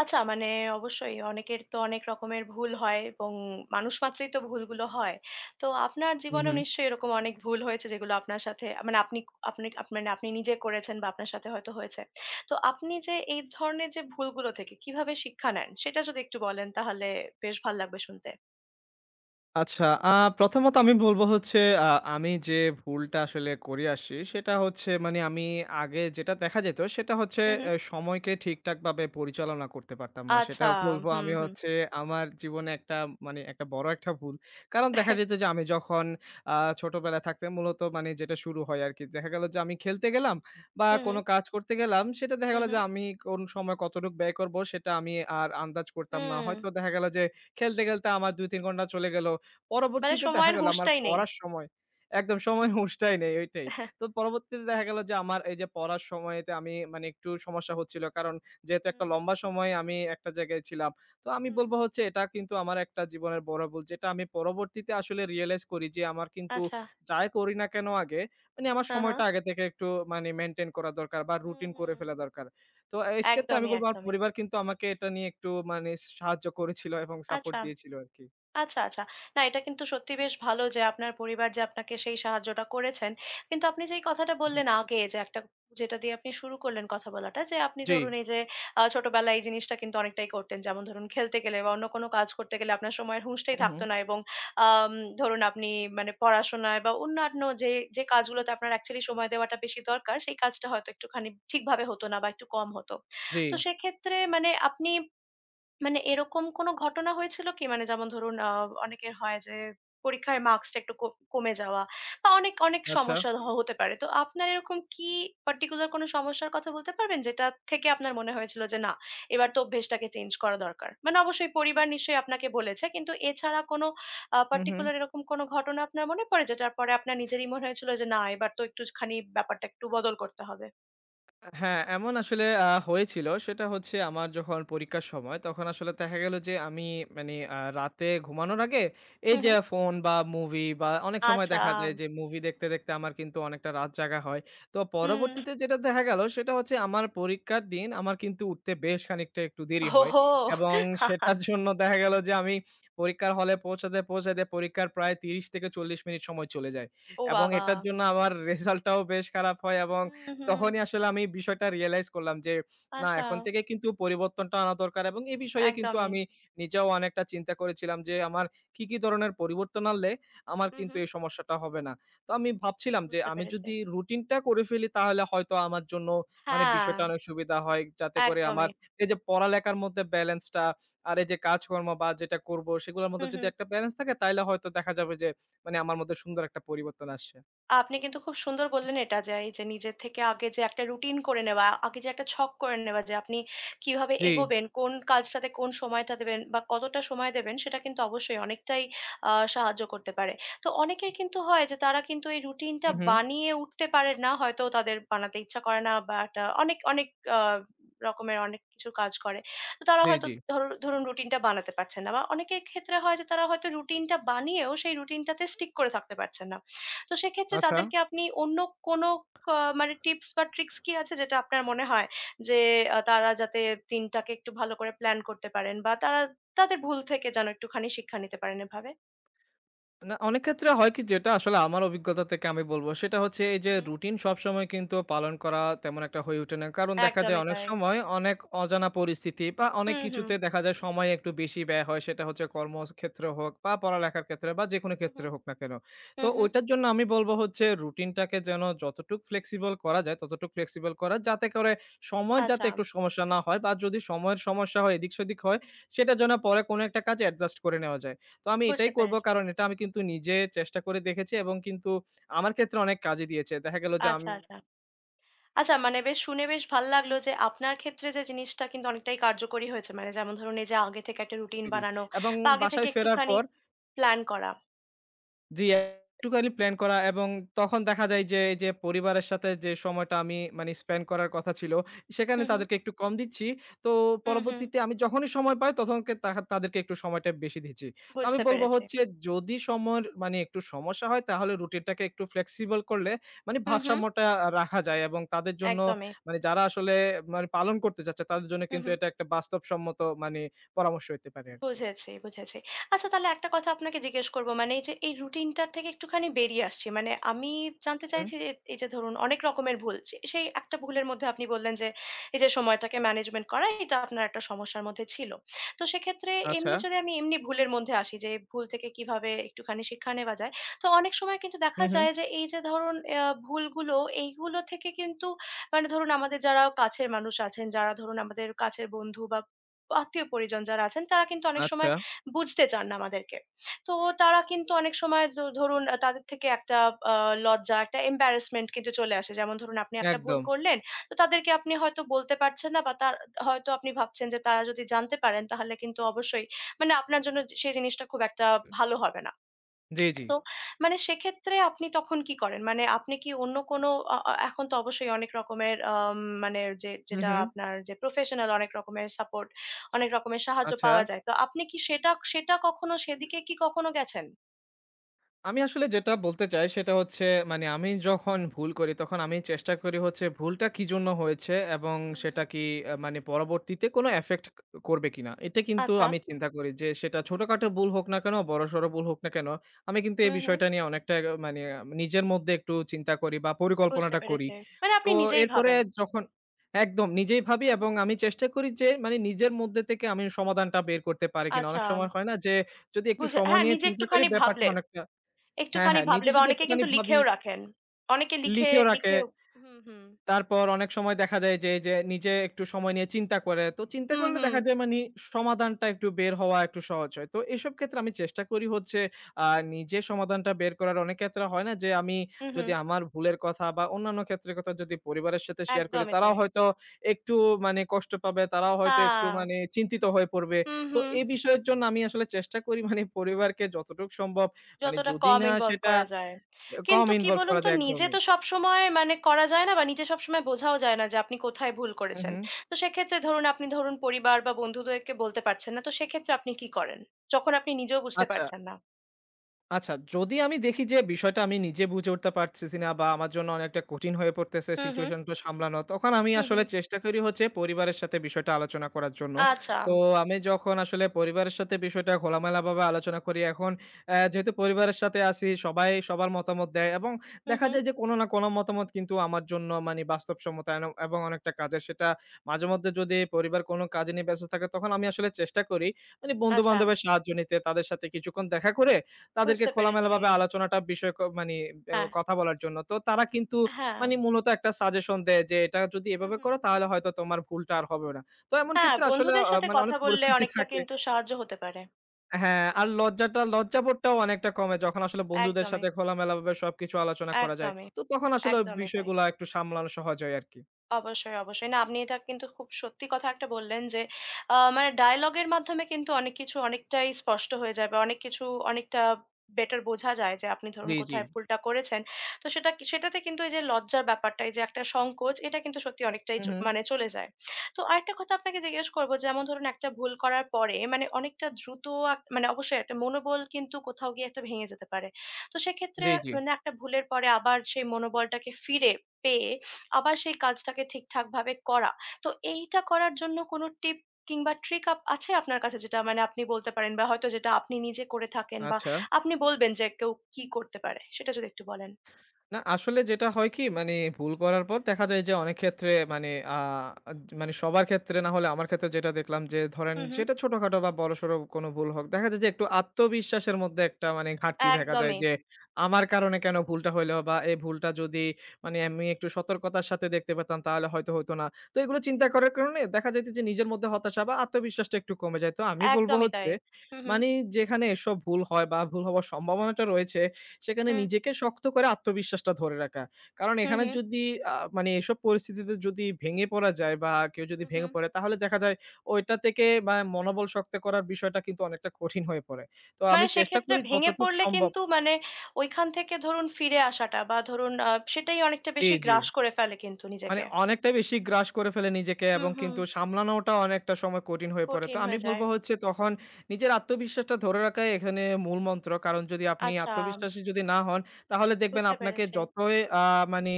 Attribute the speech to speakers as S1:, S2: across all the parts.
S1: আচ্ছা মানে অবশ্যই অনেকের তো অনেক রকমের ভুল হয় এবং মানুষ মাত্রই তো ভুলগুলো হয়। তো আপনার
S2: হু, হু,
S1: জীবনেও নিশ্চয়ই এরকম অনেক ভুল হয়েছে যেগুলো আপনার সাথে মানে আপনি আপনি আপ মানে আপনি নিজে করেছেন বা আপনার সাথে হয়তো হয়েছে। তো আপনি যে এই ধরনের যে ভুলগুলো থেকে কিভাবে শিক্ষা নেন সেটা যদি একটু বলেন তাহলে বেশ ভাল লাগবে শুনতে।
S2: আচ্ছা, প্রথমত আমি বলব হচ্ছে আ আমি যে ভুলটা আসলে করে আসি, সেটা হচ্ছে মানে আমি আগে যেটা দেখা যেত, সেটা হচ্ছে
S1: হু, হু।
S2: এ সময়কে ঠিকঠাকভাবে পরিচালনা করতে পারতাম না। সেটা
S1: আচ্ছা,
S2: বলবো
S1: হুম,
S2: আমি
S1: হুম।
S2: হচ্ছে আমার জীবনে একটা মানে একটা বড় একটা ভুল। কারণ দেখা যেত যে আমি যখন ছোটবেলায় থাকতাম মূলত মানে যেটা শুরু হয় আরকি। দেখা গেল যে আমি খেলতে গেলাম বা
S1: হু, হু,
S2: কোনো কাজ করতে গেলাম, সেটা দেখা
S1: হু,
S2: গেল
S1: হু,
S2: যে আমি কোন সময় কতটুক ব্যয় করব, সেটা আমি আর আন্দাজ করতাম না।
S1: হুম।
S2: হয়তো দেখা গেল যে খেলতে, খেলতে আমার ২-৩ ঘন্টা চলে গেল।
S1: মানে
S2: পরবর্তীতে দেখা
S1: সময়ের
S2: গেল আমার
S1: হুঁশটাই নেই।
S2: পড়ার সময় একদম সময় হুঁশটাই নেই ওইটাই। তো পরবর্তীতে দেখা গেল যে আমার এই যে পড়ার সময়তে আমি মানে একটু সমস্যা হচ্ছিল। কারণ যেহেতু একটা
S1: হুম,
S2: লম্বা সময় আমি একটা জায়গায় ছিলাম। তো আমি বলব
S1: হুম।
S2: হচ্ছে এটা কিন্তু আমার একটা জীবনের বড় ভুল। যেটা আমি পরবর্তীতে আসলে রিয়ালাইজ করি যে আমার কিন্তু
S1: আচ্ছা,
S2: যাই করি না কেন আগে মানে আমার
S1: হ্যাঁ, হ্যাঁ।
S2: সময়টা আগে থেকে একটু মানে মেইনটেইন করা দরকার বা
S1: হু,
S2: রুটিন করে
S1: হুম।
S2: ফেলা দরকার। তো এই সেক্ষেত্রে আমি
S1: একদমই,
S2: বলব আমার
S1: একদমই।
S2: পরিবার কিন্তু আমাকে এটা নিয়ে একটু মানে সাহায্য করেছিল এবং সাপোর্ট
S1: আচ্ছা।
S2: দিয়েছিল আরকি।
S1: আচ্ছা, আচ্ছা। না এটা কিন্তু সত্যি বেশ ভালো যে আপনার পরিবার যে আপনাকে সেই সাহায্যটা করেছেন। কিন্তু আপনি যেই কথাটা
S2: হুম,
S1: বললেন আগে যে একটা যেটা দিয়ে আপনি শুরু করলেন কথা বলাটা যে আপনি
S2: জি।
S1: ধরুন এই যে ছোটবেলায় এই জিনিসটা কিন্তু অনেকটাই করতেন। যেমন ধরুন খেলতে গেলে বা অন্য কোনো কাজ করতে গেলে আপনার সময়ের হুঁশটাই
S2: হু, হু।
S1: থাকতো না এবং আম ধরুন আপনি মানে পড়াশোনায় বা অন্যান্য যে কাজগুলোতে আপনার অ্যাকচুয়ালি সময় দেওয়াটা বেশি দরকার সেই কাজটা হয়তো একটুখানি ঠিকভাবে হতো না বা একটু কম হতো।
S2: জি,
S1: তো সেক্ষেত্রে মানে আপনি মানে এরকম কোনো ঘটনা হয়েছিল কি? মানে যেমন ধরুন অনেকের হয় যে পরীক্ষায় মার্কসটা একটু কম কমে যাওয়া বা অনেক, অনেক
S2: আচ্ছা।
S1: সমস্যা হতে পারে। তো আপনার এরকম কি পার্টিকুলার কোনো সমস্যার কথা বলতে পারবেন? যেটা থেকে আপনার মনে হয়েছিল যে না, এবার তো অভ্যেসটাকে চেঞ্জ করা দরকার। মানে অবশ্যই পরিবার নিশ্চয়ই আপনাকে বলেছে। কিন্তু এছাড়া কোনো
S2: হু, হু।
S1: পার্টিকুলার এরকম কোনো ঘটনা আপনার মনে পড়ে? যেটার পরে আপনার নিজেরই মনে হয়েছিল যে না, এবার তো একটুখানি ব্যাপারটা একটু বদল করতে হবে?
S2: হ্যাঁ, এমন আসলে হয়েছিল। সেটা হচ্ছে আমার যখন পরীক্ষার সময়, তখন আসলে দেখা গেল যে আমি মানে রাতে ঘুমানোর আগে এই
S1: হুম,
S2: যে
S1: হুম।
S2: ফোন বা মুভি বা অনেক সময়
S1: আচ্ছা।
S2: দেখা যায় যে মুভি দেখতে, দেখতে আমার কিন্তু অনেকটা রাত জাগা হয়। তো
S1: হুম।
S2: পরবর্তীতে যেটা দেখা গেল সেটা হচ্ছে আমার পরীক্ষার দিন আমার কিন্তু উঠতে বেশ খানিকটা একটু দেরি হয়
S1: ওহো!
S2: এবং সেটার জন্য দেখা গেল যে আমি পরীক্ষার হলে পৌঁছাতে, পৌঁছাতে পরীক্ষার প্রায় ৩০ থেকে ৪০ মিনিট সময় চলে যায়
S1: ও
S2: এবং
S1: বাবা!
S2: এটার জন্য আমার রেজাল্টটাও বেশ খারাপ হয় এবং
S1: হুম, হুম।
S2: তখনই আসলে আমি বিষয়টা রিয়ালাইজ করলাম যে, না
S1: আচ্ছা,
S2: এখন থেকে কিন্তু পরিবর্তনটা আনা দরকার এবং এ বিষয়ে কিন্তু
S1: একদমই।
S2: আমি নিজেও অনেকটা চিন্তা করেছিলাম যে, আমার কি ধরনের পরিবর্তন আনলে আমার
S1: হু,
S2: কিন্তু
S1: হু।
S2: এই সমস্যাটা হবে না। তো আমি ভাবছিলাম যে,
S1: বুঝতে
S2: আমি
S1: পেরেছি।
S2: যদি রুটিনটা করে ফেলি তাহলে হয়তো আমার জন্য মানে
S1: হ্যাঁ,
S2: বিষয়টা অনেক সুবিধা হয়। যাতে করে আমার
S1: একদমই।
S2: এই যে পড়ালেখার মধ্যে ব্যালেন্সটা আর এই যে কাজকর্ম বা যেটা করব সেগুলোর
S1: হু,
S2: মধ্যে যদি
S1: হু।
S2: একটা ব্যালেন্স থাকে তাইলে হয়তো দেখা যাবে যে, মানে আমার মধ্যে সুন্দর একটা পরিবর্তন আসছে।
S1: আপনি কিন্তু খুব সুন্দর বললেন এটা যে এই যে নিজের থেকে আগে যে একটা রুটিন করে নেওয়া, আগে যে একটা ছক করে নেওয়া যে আপনি কিভাবে
S2: জি।
S1: এগোবেন, কোন কাজটাতে কোন সময়টা দেবেন বা কতটা সময় দেবেন সেটা কিন্তু অবশ্যই অনেকটাই সাহায্য করতে পারে। তো অনেকের কিন্তু হয় যে তারা কিন্তু এই রুটিনটা
S2: হু, হু।
S1: বানিয়ে উঠতে পারে না। হয়তো তাদের বানাতে ইচ্ছা করে না বা একটা অনেক, অনেক আ রকমের অনেক কিছু কাজ করে। তো তারা
S2: জি,
S1: হয়তো
S2: জি।
S1: ধরুন রুটিনটা বানাতে পারছেন না বা অনেকের ক্ষেত্রে হয় যে তারা হয়তো রুটিনটা বানিয়েও সেই রুটিনটাতে স্টিক করে থাকতে পারছেন না। তো সেক্ষেত্রে
S2: আচ্ছা।
S1: তাদেরকে আপনি অন্য কোনো ক মানে টিপস বা ট্রিক্স কি আছে যেটা আপনার মনে হয় যে, তারা যাতে দিনটাকে একটু ভালো করে প্ল্যান করতে পারেন বা তারা তাদের ভুল থেকে যেন একটুখানি শিক্ষা নিতে পারেন এভাবে?
S2: না, অনেক ক্ষেত্রে হয় কি যেটা আসলে আমার অভিজ্ঞতা থেকে আমি বলব সেটা হচ্ছে এই
S1: হু,
S2: যে
S1: হু।
S2: রুটিন সবসময় কিন্তু পালন করা তেমন একটা হয়ে ওঠে না। কারণ দেখা যায়
S1: একদমই
S2: অনেক
S1: তাই।
S2: সময় অনেক অজানা পরিস্থিতি বা অনেক
S1: হুম, হুম।
S2: কিছুতে দেখা যায় সময় একটু বেশি ব্যয় হয়। সেটা হচ্ছে কর্মক্ষেত্রে হোক বা পড়ালেখার ক্ষেত্রে বা যেকোনো
S1: হু, হু।
S2: ক্ষেত্রে হোক না কেন।
S1: হু,
S2: তো
S1: হুম।
S2: ওইটার জন্য আমি বলব হচ্ছে রুটিনটাকে যেন যতটুক ফ্লেক্সিবল করা যায় ততটুক ফ্লেক্সিবল করা যাতে করে সময়ের যাতে
S1: আচ্ছা,
S2: একটু সমস্যা না হয় বা যদি সময়ের সমস্যা হয় এদিক সেদিক হয় সেটার জন্য পরে কোনো একটা কাজে অ্যাডজাস্ট করে নেওয়া যায়। তো আমি এটাই
S1: বুঝতে
S2: করব
S1: পেরেছি।
S2: কারণ এটা আমি কিন্তু নিজে চেষ্টা করে দেখেছি এবং কিন্তু আমার ক্ষেত্রে অনেক কাজে দিয়েছে। দেখা গেল যে আমি
S1: আচ্ছা, আচ্ছা। আচ্ছা মানে বেশ শুনে বেশ ভাল লাগলো যে, আপনার ক্ষেত্রে যে জিনিসটা কিন্তু অনেকটাই কার্যকরী হয়েছে। মানে যেমন ধরুন এই যে আগে থেকে একটা রুটিন
S2: ফিরি
S1: বানানো
S2: এবং
S1: বা আগে থেকে
S2: বাসায় ফেরার
S1: একটুখানি
S2: পর
S1: প্ল্যান করা।
S2: জি, একটুখানি প্ল্যান করা এবং তখন দেখা যায় যে, এই যে পরিবারের সাথে যে সময়টা আমি মানে স্পেন্ড করার কথা ছিল, সেখানে
S1: হু, হু।
S2: তাদেরকে একটু কম দিচ্ছি। তো
S1: হু, হু।
S2: পরবর্তীতে আমি যখনই সময় পাই তখনকে তাহা তাদেরকে একটু সময়টা বেশি দিচ্ছি। তো আমি
S1: বুঝতে
S2: বলব
S1: পেরেছি।
S2: হচ্ছে যদি সময়ের মানে একটু সমস্যা হয় তাহলে রুটিনটাকে একটু ফ্লেক্সিবল করলে মানে
S1: হুম, হুম।
S2: ভারসাম্যটা রাখা যায় এবং তাদের জন্য
S1: একদমই।
S2: মানে যারা আসলে মানে পালন করতে চাচ্ছে তাদের জন্য
S1: হুম,
S2: কিন্তু
S1: হুম।
S2: এটা একটা বাস্তবসম্মত মানে পরামর্শ হইতে পারে আরকি।
S1: বুঝেছি, বুঝেছি। আচ্ছা তাহলে একটা কথা আপনাকে জিজ্ঞেস করব। মানে এই যে এই রুটিনটার থেকে একটুখানি বেরিয়ে আসছি। মানে আমি জানতে
S2: হুম,
S1: চাইছি যে এই যে ধরুন অনেক রকমের ভুল। সেই একটা ভুলের মধ্যে আপনি বললেন যে এই যে সময়টাকে ম্যানেজমেন্ট করা এটা আপনার একটা সমস্যার মধ্যে ছিল। তো সেক্ষেত্রে
S2: আচ্ছা।
S1: এমনি যদি আমি এমনি ভুলের মধ্যে আসি যে ভুল থেকে কিভাবে একটুখানি শিক্ষা নেওয়া যায়। তো অনেক সময় কিন্তু
S2: হু,
S1: দেখা
S2: হু।
S1: যায় যে এই যে ধরুন ভুলগুলো এইগুলো থেকে কিন্তু মানে ধরুন আমাদের যারা কাছের মানুষ আছেন, যারা ধরুন আমাদের কাছের বন্ধু বা আত্মীয়-পরিজন যারা আছেন তারা কিন্তু অনেক
S2: আচ্ছা,
S1: সময় বুঝতে চান না আমাদেরকে। তো তারা কিন্তু অনেক সময় ধরুন তাদের থেকে একটা আ লজ্জা, একটা embarrassment কিন্তু চলে আসে। যেমন ধরুন আপনি একটা ভুল
S2: একদম।
S1: করলেন, তো তাদেরকে আপনি হয়তো বলতে পারছেন না বা তার হয়তো আপনি ভাবছেন যে তারা যদি জানতে পারেন তাহলে কিন্তু অবশ্যই মানে আপনার জন্য যে সেই জিনিসটা খুব একটা ভালো হবে না।
S2: জি, জি।
S1: তো মানে সেক্ষেত্রে আপনি তখন কি করেন? মানে আপনি কি অন্য কোনো আ আ এখন তো অবশ্যই অনেক রকমের মানে যে
S2: হু,
S1: যেটা
S2: হু।
S1: আপনার যে প্রফেশনাল অনেক রকমের সাপোর্ট, অনেক রকমের সাহায্য
S2: আচ্ছা।
S1: পাওয়া যায়। তো আপনি কি সেটা সেটা কখনো সেদিকে কি কখনো গেছেন?
S2: আমি আসলে যেটা বলতে চাই সেটা হচ্ছে মানে আমি যখন ভুল করি তখন আমি চেষ্টা করি হচ্ছে ভুলটা কি জন্য হয়েছে এবং
S1: হু, হু।
S2: সেটা কি মানে পরবর্তীতে কোনো এফেক্ট করবে কিনা এটা কিন্তু
S1: আচ্ছা।
S2: আমি চিন্তা করি যে সেটা
S1: হু, হু।
S2: ছোটখাটো ভুল হোক না কেন বড়সড় ভুল হোক না কেন আমি কিন্তু
S1: হু,
S2: এই
S1: হু।
S2: বিষয়টা নিয়ে অনেকটা মানে নিজের মধ্যে একটু চিন্তা করি বা
S1: বুঝতে
S2: পরিকল্পনাটা করি
S1: পেরেছি। মানে
S2: তো
S1: আপনি নিজেই
S2: এরপরে
S1: ভাবেন।
S2: যখন একদম নিজেই ভাবি
S1: হু, হু।
S2: এবং আমি চেষ্টা করি যে মানে নিজের মধ্যে থেকে আমি সমাধানটা বের করতে পারি কিনা
S1: আচ্ছা।
S2: অনেক সময় হয় না যে যদি একটু
S1: বুঝে
S2: সময়
S1: হ্যাঁ,
S2: নিয়ে
S1: নিজে
S2: চিন্তা করি ব্যাপারটা অনেকটা হ্যাঁ,
S1: একটুখানি
S2: হ্যাঁ। নিজে
S1: ভাবলে বা
S2: যদি
S1: অনেকে
S2: একটুখানি
S1: কিন্তু
S2: ভাবি,
S1: লিখেও রাখেন। অনেকে লিখে
S2: লিখেও রাখে।
S1: লিখেও হুম, হুম।
S2: তারপর অনেক সময় দেখা যায় যে, যে নিজে একটু সময় নিয়ে চিন্তা করে। তো চিন্তা
S1: হুম,
S2: করলে
S1: হুম।
S2: দেখা যায় মানি সমাধানটা একটু বের হওয়া একটু সহজ হয়। তো এসব ক্ষেত্রে আমি চেষ্টা করি হচ্ছে আ নিজে সমাধানটা বের করার। অনেক ক্ষেত্রে হয় না যে আমি
S1: হুম,
S2: যদি
S1: হুম।
S2: আমার ভুলের কথা বা অন্যান্য ক্ষেত্রের কথা যদি পরিবারের সাথে শেয়ার করি,
S1: একদমই
S2: তারাও
S1: তাই।
S2: হয়তো একটু মানে কষ্ট পাবে, তারাও হয়তো একটু
S1: হ্যাঁ,
S2: মানে চিন্তিত হয়ে পড়বে।
S1: হুম,
S2: তো
S1: হুম।
S2: এই বিষয়ের জন্য আমি আসলে চেষ্টা করি মানে পরিবারকে যতটুকু সম্ভব মানে
S1: যতটা
S2: যদি
S1: কম
S2: না
S1: ইনভলভ
S2: সেটা
S1: করা যায়।
S2: এ কম
S1: কিন্তু কি
S2: ইনভলভ
S1: বলুন
S2: করা
S1: তো
S2: যায়
S1: নিজে
S2: একদমই।
S1: তো সবসময় মানে করা যায় না বা নিজে সবসময় বোঝাও যায় না যে আপনি কোথায় ভুল
S2: হু,
S1: করেছেন।
S2: হু।
S1: তো সেক্ষেত্রে ধরুন আপনি ধরুন পরিবার বা বন্ধুদেরকে বলতে পারছেন না। তো সেক্ষেত্রে আপনি কি করেন? যখন আপনি নিজেও বুঝতে
S2: আচ্ছা।
S1: পারছেন না।
S2: আচ্ছা, যদি আমি দেখি যে বিষয়টা আমি নিজে বুঝে উঠতে পারতেছি না বা আমার জন্য অনেকটা কঠিন হয়ে পড়তেছে
S1: হুম, হুম,
S2: সিচুয়েশনটা সামলানো, তখন আমি
S1: হুম,
S2: আসলে
S1: হুম।
S2: চেষ্টা করি হচ্ছে পরিবারের সাথে বিষয়টা আলোচনা করার জন্য।
S1: আচ্ছা।
S2: তো আমি যখন আসলে পরিবারের সাথে বিষয়টা খোলামেলাভাবে আলোচনা করি এখন যেহেতু পরিবারের সাথে আছি সবাই সবার মতামত দেয় এবং
S1: হুম,
S2: দেখা
S1: হুম।
S2: যায় যে কোনো না কোনো মতামত কিন্তু আমার জন্য মানে বাস্তবসম্মত এবং অনেকটা কাজের। সেটা মাঝেমধ্যে যদি পরিবার কোনো কাজে নিয়ে ব্যস্ত থাকে তখন আমি আসলে চেষ্টা করি মানে
S1: আচ্ছা।
S2: বন্ধু-বান্ধবের সাহায্য নিতে, তাদের সাথে কিছুক্ষণ দেখা করে তাদেরকে
S1: বুঝতে পেরেছি।
S2: খোলামেলাভাবে আলোচনাটা বিষয় ক মানি
S1: হ্যাঁ,
S2: কথা বলার জন্য। তো তারা কিন্তু
S1: হ্যাঁ।
S2: মানি মূলত একটা সাজেশন দেয় যে, "এটা যদি
S1: হুম,
S2: এভাবে
S1: হুম।
S2: করো তাহলে হয়তো তোমার ভুলটা আর হবে না।" তো এমন
S1: হ্যাঁ,
S2: ক্ষেত্রে আসলে
S1: বন্ধুদের সাথে
S2: মানে অনেক
S1: কথা বললে
S2: পরিস্থিতি
S1: অনেকটা
S2: থাকে
S1: কিন্তু সাহায্য হতে পারে।
S2: হ্যাঁ, আর লজ্জাবোধটাও অনেকটা কমে যখন আসলে বন্ধুদের
S1: একদমই,
S2: সাথে খোলামেলাভাবে সবকিছু আলোচনা করা যায়।
S1: একদমই,
S2: তো তখন আসলে
S1: একদমই তাই।
S2: বিষয়গুলা একটু সামলানো সহজ হয় আরকি।
S1: অবশ্যই, অবশ্যই। না, আপনি এটা কিন্তু খুব সত্যি কথা একটা বললেন যে, মানে ডায়ালগের মাধ্যমে কিন্তু অনেক কিছু অনেকটাই স্পষ্ট হয়ে যায় বা অনেক কিছু অনেকটা বেটার বোঝা যায় যে আপনি ধরুন
S2: জি, জি।
S1: কোথায় ভুলটা করেছেন। তো সেটা কি সেটাতে কিন্তু এই যে লজ্জার ব্যাপারটা, এই যে একটা সংকোচ, এটা কিন্তু সত্যি অনেকটাই
S2: হু,
S1: চ
S2: হু।
S1: মানে চলে যায়। তো আরেকটা কথা আপনাকে জিজ্ঞেস করব যেমন ধরুন একটা ভুল করার পরে মানে অনেকটা দ্রুত মানে অবশ্যই একটা মনোবল কিন্তু কোথাও গিয়ে একটা ভেঙে যেতে পারে। তো সেক্ষেত্রে
S2: জি, জি।
S1: মানে একটা ভুলের পরে আবার সেই মনোবলটাকে ফিরে পেয়ে আবার সেই কাজটাকে ঠিকঠাকভাবে করা। তো এইটা করার জন্য কোনো টিপ কিংবা ট্রিক আছে আপনার কাছে যেটা মানে আপনি বলতে পারেন বা হয়তো যেটা আপনি নিজে করে থাকেন বা
S2: আচ্ছা।
S1: আপনি বলবেন যে কেউ কি করতে পারে? সেটা যদি একটু বলেন।
S2: না, আসলে যেটা হয় কি মানে ভুল করার পর দেখা যায় যে অনেক ক্ষেত্রে মানে আ মানে সবার ক্ষেত্রে না হলে আমার ক্ষেত্রে যেটা দেখলাম যে ধরেন
S1: হুম, হুম।
S2: সেটা ছোটখাটো বা বড়সড় কোনো ভুল হোক। দেখা যায় যে একটু আত্মবিশ্বাসের মধ্যে একটা মানে ঘাটতি দেখা যায়
S1: একদমই,
S2: যে আমার কারণে কেন ভুলটা হইলো বা এই ভুলটা যদি মানে আমি একটু সতর্কতার সাথে দেখতে পেতাম তাহলে হয়তো হতো না। তো এগুলো চিন্তা করার কারণে দেখা যাইত যে নিজের মধ্যে হতাশা বা আত্মবিশ্বাসটা একটু কমে যায়। তো আমি বলব
S1: একদমই
S2: হচ্ছে
S1: তাই। হুম, হুম।
S2: মানে যেখানে এসব ভুল হয় বা ভুল হওয়ার সম্ভাবনাটা রয়েছে সেখানে
S1: হুম,
S2: নিজেকে শক্ত করে আত্মবিশ্বাসটা ধরে রাখা। কারণ
S1: হুম,
S2: এখানে
S1: হুম,
S2: যদি মানে এসব পরিস্থিতিতে যদি ভেঙে পড়া যায় বা কেউ যদি
S1: হুম,
S2: ভেঙে
S1: হুম।
S2: পড়ে তাহলে দেখা যায় ওইটা থেকে বা মনোবল শক্ত করার বিষয়টা কিন্তু অনেকটা কঠিন হয়ে পড়ে। তো আমি
S1: মানে
S2: চেষ্টা
S1: সেক্ষেত্রে
S2: করি
S1: ভেঙে
S2: যতটুক
S1: পড়লে
S2: সম্ভব
S1: কিন্তু মানে ঐখান থেকে ধরুন ফিরে আসাটা বা ধরুন সেটাই অনেকটা
S2: জি,
S1: বেশি
S2: জি।
S1: গ্রাস করে ফেলে কিন্তু
S2: মানে
S1: নিজেকে।
S2: অনেকটাই বেশি গ্রাস করে ফেলে নিজেকে
S1: হুম,
S2: এবং
S1: হুম।
S2: কিন্তু সামলানোটা অনেকটা সময় কঠিন হয়ে পড়ে। তো
S1: কঠিন
S2: আমি
S1: হয়ে
S2: বলব
S1: যায়।
S2: হচ্ছে তখন নিজের আত্মবিশ্বাসটা ধরে রাখাই এখানে মূল মন্ত্র। কারণ যদি আপনি
S1: আচ্ছা,
S2: আত্মবিশ্বাসী যদি না হন তাহলে দেখবেন
S1: বুঝতে
S2: আপনাকে
S1: পেরেছি।
S2: যতই মানে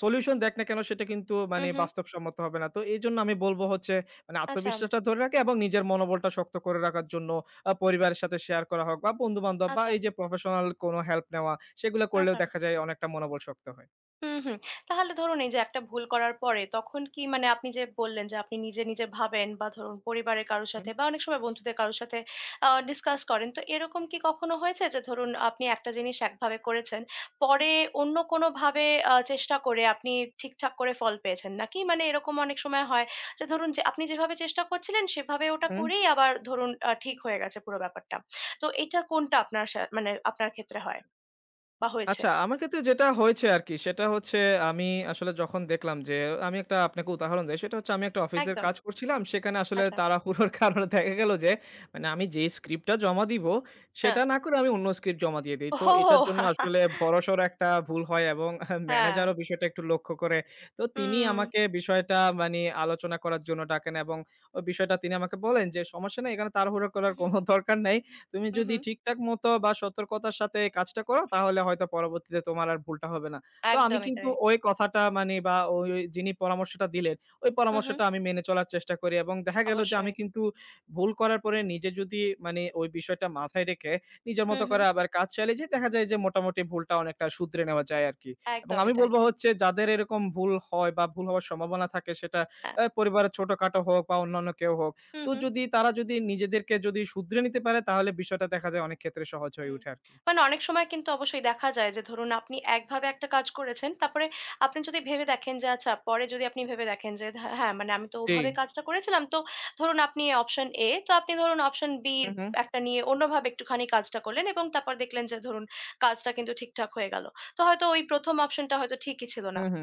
S2: সলিউশন দেখ না কেন সেটা কিন্তু
S1: হুম,
S2: মানে
S1: হুম।
S2: বাস্তবসম্মত হবে না। তো এইজন্য আমি বলব হচ্ছে মানে
S1: আচ্ছা।
S2: আত্মবিশ্বাসটা ধরে রাখা এবং নিজের মনোবলটা শক্ত করে রাখার জন্য পরিবারের সাথে শেয়ার করা হোক বা বন্ধু-বান্ধব বা
S1: আচ্ছা,
S2: এই যে প্রফেশনাল কোনো হেল্প নেওয়া সেগুলো করলেও
S1: আচ্ছা।
S2: দেখা যায় অনেকটা মনোবল শক্ত হয়।
S1: হুম, হুম। তাহলে ধরুন এই যে একটা ভুল করার পরে তখন কি মানে আপনি যে বললেন যে আপনি নিজে ভাবেন বা ধরুন পরিবারের কারো
S2: হু,
S1: সাথে বা অনেক সময় বন্ধুদের কারো সাথে ডিসকাস করেন। তো এরকম কি কখনো হয়েছে যে ধরুন আপনি একটা জিনিস একভাবে করেছেন, পরে অন্য কোনোভাবে চেষ্টা করে আপনি ঠিকঠাক করে ফল পেয়েছেন নাকি? মানে এরকম অনেক সময় হয় যে ধরুন যে আপনি যেভাবে চেষ্টা করছিলেন সেভাবে ওটা
S2: হু।
S1: করেই আবার ধরুন ঠিক হয়ে গেছে পুরো ব্যাপারটা। তো এটা কোনটা আপনার মানে আপনার ক্ষেত্রে হয় বা হয়েছে?
S2: আচ্ছা, আমার ক্ষেত্রে যেটা হয়েছে আরকি, সেটা হচ্ছে আমি আসলে যখন দেখলাম যে আমি একটা আপনাকে উদাহরণ দেই। সেটা হচ্ছে আমি একটা অফিসের
S1: একদম।
S2: কাজ করছিলাম। সেখানে আসলে
S1: আচ্ছা।
S2: তাড়াহুড়োর কারণে দেখা গেল যে মানে আমি যে স্ক্রিপ্টটা জমা দিব,
S1: হ্যাঁ।
S2: সেটা না করে আমি অন্য স্ক্রিপ্ট জমা দিয়ে দেই। তো
S1: ওহো!
S2: এটার জন্য আসলে বড়সড় একটা ভুল হয় এবং
S1: হ্যাঁ।
S2: ম্যানেজারও বিষয়টা একটু লক্ষ্য করে। তো তিনি
S1: হুম।
S2: আমাকে বিষয়টা মানি আলোচনা করার জন্য ডাকেন এবং ওই বিষয়টা তিনি আমাকে বলেন যে, "সমস্যা নাই, এখানে তাড়াহুড়ো
S1: হু,
S2: করার
S1: হু,
S2: কোনো দরকার নাই।" তুমি
S1: হু,
S2: যদি
S1: হু।
S2: ঠিকঠাক মতো বা সতর্কতার সাথে কাজটা করো তাহলে হয়তো পরবর্তীতে তোমার আর ভুলটা হবে না। তো আমি
S1: একদমই
S2: কিন্তু
S1: তাই।
S2: ওই কথাটা মানে বা ওই ওই যিনি পরামর্শটা দিলেন, ওই
S1: হু, হু।
S2: পরামর্শটা আমি মেনে চলার চেষ্টা করি এবং দেখা গেল যে আমি
S1: অবশ্যই।
S2: কিন্তু ভুল করার পরে নিজে যদি মানে ওই বিষয়টা মাথায় রেখে নিজের
S1: হু,
S2: মতো
S1: হু।
S2: করে আবার কাজ চালিয়ে যাই, দেখা যায় যে মোটামুটি ভুলটা অনেকটা শুধরে নেওয়া যায় আরকি। এবং
S1: একদমই
S2: আমি
S1: তাই।
S2: বলব হচ্ছে যাদের এরকম ভুল হয় বা ভুল হওয়ার সম্ভাবনা থাকে সেটা
S1: হ্যাঁ।
S2: পরিবারের ছোটখাটো হোক বা অন্যান্য কেউ হোক
S1: হু,
S2: তো
S1: হু।
S2: যদি তারা যদি নিজেদেরকে যদি শুধরে নিতে পারে তাহলে বিষয়টা দেখা যায় অনেক ক্ষেত্রে সহজ হয়ে
S1: হুম।
S2: উঠে আরকি।
S1: মানে অনেক সময় কিন্তু অবশ্যই দেখা যায় যে ধরুন আপনি একভাবে একটা কাজ করেছেন। তারপরে আপনি যদি ভেবে দেখেন যে আচ্ছা পরে যদি আপনি ভেবে দেখেন যে হ্যাঁ, হ্যাঁ, মানে আমি তো
S2: জি।
S1: ওভাবে কাজটা করেছিলাম। তো ধরুন আপনি অপশন A তো আপনি ধরুন অপশন B
S2: হু,
S1: র
S2: হু।
S1: একটা নিয়ে অন্যভাবে একটুখানি কাজটা করলেন এবং তারপর দেখলেন যে ধরুন কাজটা কিন্তু ঠিকঠাক হয়ে গেল। তো হয়তো ওই ১ম অপশনটা হয়তো ঠিকই ছিল
S2: হু,
S1: না।
S2: হু।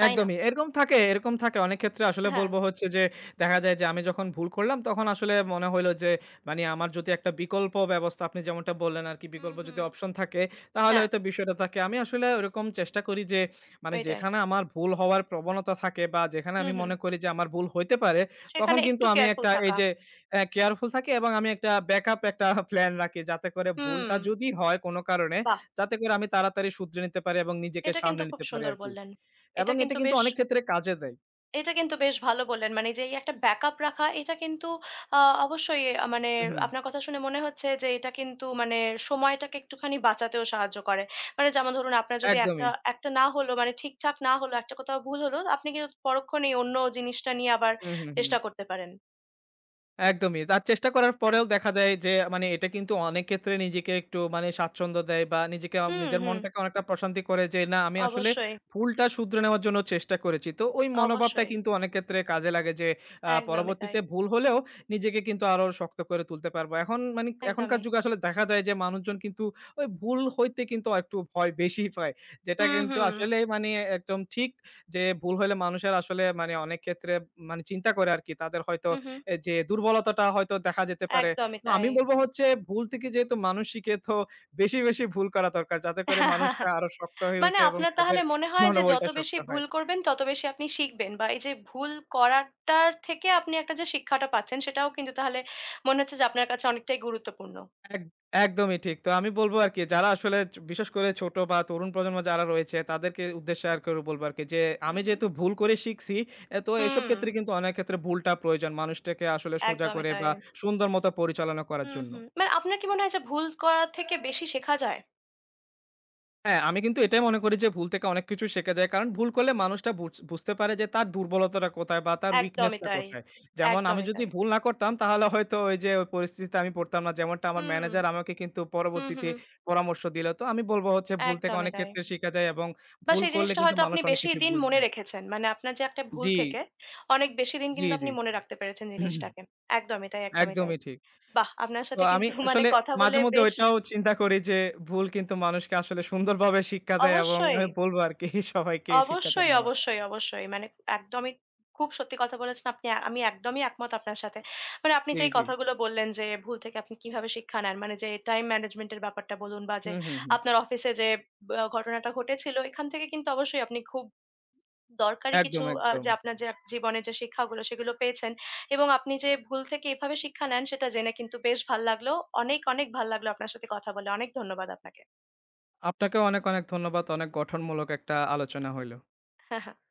S1: তাই না?
S2: একদমই। এরকম থাকে, এরকম থাকে। অনেক ক্ষেত্রে আসলে
S1: হ্যাঁ।
S2: বলবো হচ্ছে যে, দেখা যায় যে আমি যখন ভুল করলাম তখন আসলে মনে হইলো যে মানে আমার যদি একটা বিকল্প ব্যবস্থা আপনি যেমনটা বললেন আরকি
S1: হুম,
S2: বিকল্প যদি
S1: হুম।
S2: অপশন থাকে তাহলে
S1: হ্যাঁ,
S2: হয়তো বিষয়টা থাকে। আমি আসলে ওরকম চেষ্টা করি যে মানে
S1: ওইটাই।
S2: যেখানে আমার ভুল হওয়ার প্রবণতা থাকে বা যেখানে
S1: হুম,
S2: আমি
S1: হুম।
S2: মনে করি যে আমার ভুল হইতে পারে তখন
S1: সেখানে
S2: কিন্তু
S1: একটু
S2: আমি
S1: কেয়ারফুল
S2: একটা এই
S1: থাকা।
S2: যে কেয়ারফুল থাকি এবং আমি একটা ব্যাকআপ একটা প্ল্যান রাখি যাতে করে
S1: হুম।
S2: ভুলটা যদি হয় কোনো কারণে
S1: বাহ!
S2: যাতে করে আমি তাড়াতাড়ি শুধরে নিতে পারি এবং নিজেকে
S1: এটা কিন্তু
S2: সামলে
S1: খুব
S2: নিতে পারি
S1: সুন্দর
S2: আরকি।
S1: বললেন। এটা
S2: এবং এটা
S1: কিন্তু
S2: কিন্তু
S1: বেশ
S2: অনেক ক্ষেত্রে কাজে দেয়।
S1: এটা কিন্তু বেশ ভালো বললেন। মানে যে এই একটা ব্যাকআপ রাখা এটা কিন্তু আ অবশ্যই মানে
S2: হুম, হুম।
S1: আপনার কথা শুনে মনে হচ্ছে যে এটা কিন্তু মানে সময়টাকে একটুখানি বাঁচাতেও সাহায্য করে। মানে যেমন ধরুন আপনার যদি একটা
S2: একদমই।
S1: একটা না হলো মানে ঠিকঠাক না হলো, একটা কোথাও ভুল হলো, আপনি কিন্তু পরক্ষণেই অন্য জিনিসটা নিয়ে আবার
S2: হুম, হুম, হুম।
S1: চেষ্টা করতে পারেন।
S2: একদমই। তার চেষ্টা করার
S1: হ্যাঁ।
S2: পরেও দেখা যায় যে মানে এটা কিন্তু অনেক ক্ষেত্রে নিজেকে একটু মানে স্বাচ্ছন্দ্য দেয় বা নিজেকে
S1: হুম,
S2: নিজের
S1: হুম।
S2: মনটাকে অনেকটা প্রশান্তি করে যে, না আমি আসলে
S1: অবশ্যই,
S2: ভুলটা শুধরে নেওয়ার জন্য চেষ্টা করেছি। তো ওই মনোভাবটা
S1: অবশ্যই।
S2: কিন্তু অনেক ক্ষেত্রে কাজে লাগে যে
S1: একদমই তাই,
S2: পরবর্তীতে ভুল হলেও নিজেকে কিন্তু আরো শক্ত করে তুলতে পারবো। এখন মানে এখনকার
S1: একদমই।
S2: যুগে আসলে দেখা যায় যে মানুষজন কিন্তু ওই ভুল হইতে কিন্তু একটু ভয় বেশি পায়। যেটা
S1: হুম,
S2: কিন্তু
S1: হুম,
S2: আসলেই মানে একদম ঠিক যে ভুল হলে মানুষের আসলে মানে অনেক ক্ষেত্রে মানে চিন্তা করে আরকি তাদের হয়তো
S1: হু, হু,
S2: এ যে দুর্বলতাটা হয়তো দেখা যেতে পারে।
S1: একদমই
S2: তো
S1: তাই।
S2: আমি বলব হচ্ছে ভুল থেকে যেহেতু মানুষ শিখে তো বেশি, বেশি ভুল করা দরকার। যাতে করে মানুষরা আরো শক্ত হয়ে
S1: মানে
S2: ওঠে এবং
S1: আপনার
S2: তাদের
S1: তাহলে মনে হয় যে
S2: মনোবলটা
S1: যত
S2: শক্ত
S1: বেশি
S2: হয়।
S1: ভুল করবেন তত বেশি আপনি শিখবেন বা এই যে ভুল করাটার থেকে আপনি একটা যে শিক্ষাটা পাচ্ছেন সেটাও কিন্তু তাহলে মনে হচ্ছে যে আপনার কাছে অনেকটাই গুরুত্বপূর্ণ।
S2: এক একদমই ঠিক। তো আমি বলব আরকি যারা আসলে বিশেষ করে ছোট বা তরুণ প্রজন্ম যারা রয়েছে তাদেরকে উদ্দেশ্যে আর করে বলব আরকি যে,
S1: হুম,
S2: "আমি
S1: হুম,
S2: যেহেতু ভুল করে শিখছি এ তো এসব
S1: হুম,
S2: ক্ষেত্রে কিন্তু অনেক ক্ষেত্রে ভুলটা প্রয়োজন। মানুষটাকে আসলে সোজা
S1: একদমই
S2: করে
S1: তাই।
S2: বা সুন্দর মতো পরিচালনা করার
S1: হুম,
S2: জন্য।"
S1: হুম। মানে আপনার কি মনে হয় যে ভুল করার থেকে বেশি শেখা যায়?
S2: হ্যাঁ, আমি কিন্তু এটাই মনে করি যে ভুল থেকে অনেক কিছু শেখা যায়। কারণ ভুল করলে মানুষটা বুঝতে পারে যে তার দুর্বলতাটা কোথায় বা তার উইকনেস
S1: একদমই
S2: টা
S1: তাই,
S2: কোথায়। যেমন আমি
S1: একদমই
S2: যদি
S1: তাই।
S2: ভুল না করতাম তাহলে হয়তো ওই পরিস্থিতিতে আমি পড়তাম না। যেমনটা আমার
S1: হুম,
S2: ম্যানেজার আমাকে কিন্তু
S1: হুম,
S2: পরবর্তীতে
S1: হুম,
S2: পরামর্শ দিল। তো আমি বলব হচ্ছে ভুল থেকে
S1: একদমই
S2: অনেক
S1: তাই।
S2: ক্ষেত্রে শিখা যায় এবং
S1: বা
S2: ভুল
S1: সেই
S2: করলে
S1: জিনিসটা
S2: কিন্তু
S1: হয়তো
S2: মানুষ
S1: আপনি
S2: অনেক কিছু
S1: বেশিদিন মনে
S2: বুঝবে।
S1: রেখেছেন। মানে আপনার যে একটা ভুল
S2: জি,
S1: থেকে অনেক বেশিদিন
S2: জি,
S1: কিন্তু
S2: জি।
S1: আপনি মনে রাখতে পেরেছেন জিনিসটাকে। একদমই তাই, একদমই তাই।
S2: একদমই ঠিক।
S1: বাহ! আপনার
S2: তো
S1: সাথে
S2: আমি
S1: কিন্তু মানে
S2: আসলে
S1: কথা বলে
S2: মাঝে মধ্যে
S1: বেশ
S2: ওইটাও চিন্তা করি যে ভুল কিন্তু মানুষকে আসলে সুন্দরভাবে শিক্ষা দেয় এবং
S1: অবশ্যই,
S2: আমি বলব আরকি সবাইকে এই শিক্ষাটা
S1: অবশ্যই,
S2: নেওয়ার।
S1: অবশ্যই, অবশ্যই। মানে একদমই খুব সত্যি কথা বলেছেন আপনি। আমি একদমই একমত আপনার সাথে। মানে আপনি
S2: জি,
S1: যেই
S2: জি।
S1: কথাগুলো বললেন যে ভুল থেকে আপনি কিভাবে শিক্ষা নেন। মানে যে টাইম ম্যানেজমেন্ট এর ব্যাপারটা বলুন বা যে
S2: হুম, হুম, হুম।
S1: আপনার অফিসে যে ব ঘটনাটা ঘটেছিল এখান থেকে কিন্তু অবশ্যই আপনি খুব দরকারি কিছু
S2: একদম, একদম।
S1: যে আপনার যে জীবনে যে শিক্ষাগুলো সেগুলো পেয়েছেন এবং আপনি যে ভুল থেকে এভাবে শিক্ষা নেন সেটা জেনে কিন্তু বেশ ভাল লাগলো। অনেক, অনেক ভাল লাগলো আপনার সাথে কথা বলে। অনেক ধন্যবাদ আপনাকে।
S2: আপনাকেও অনেক, অনেক ধন্যবাদ। অনেক গঠনমূলক একটা আলোচনা হইল।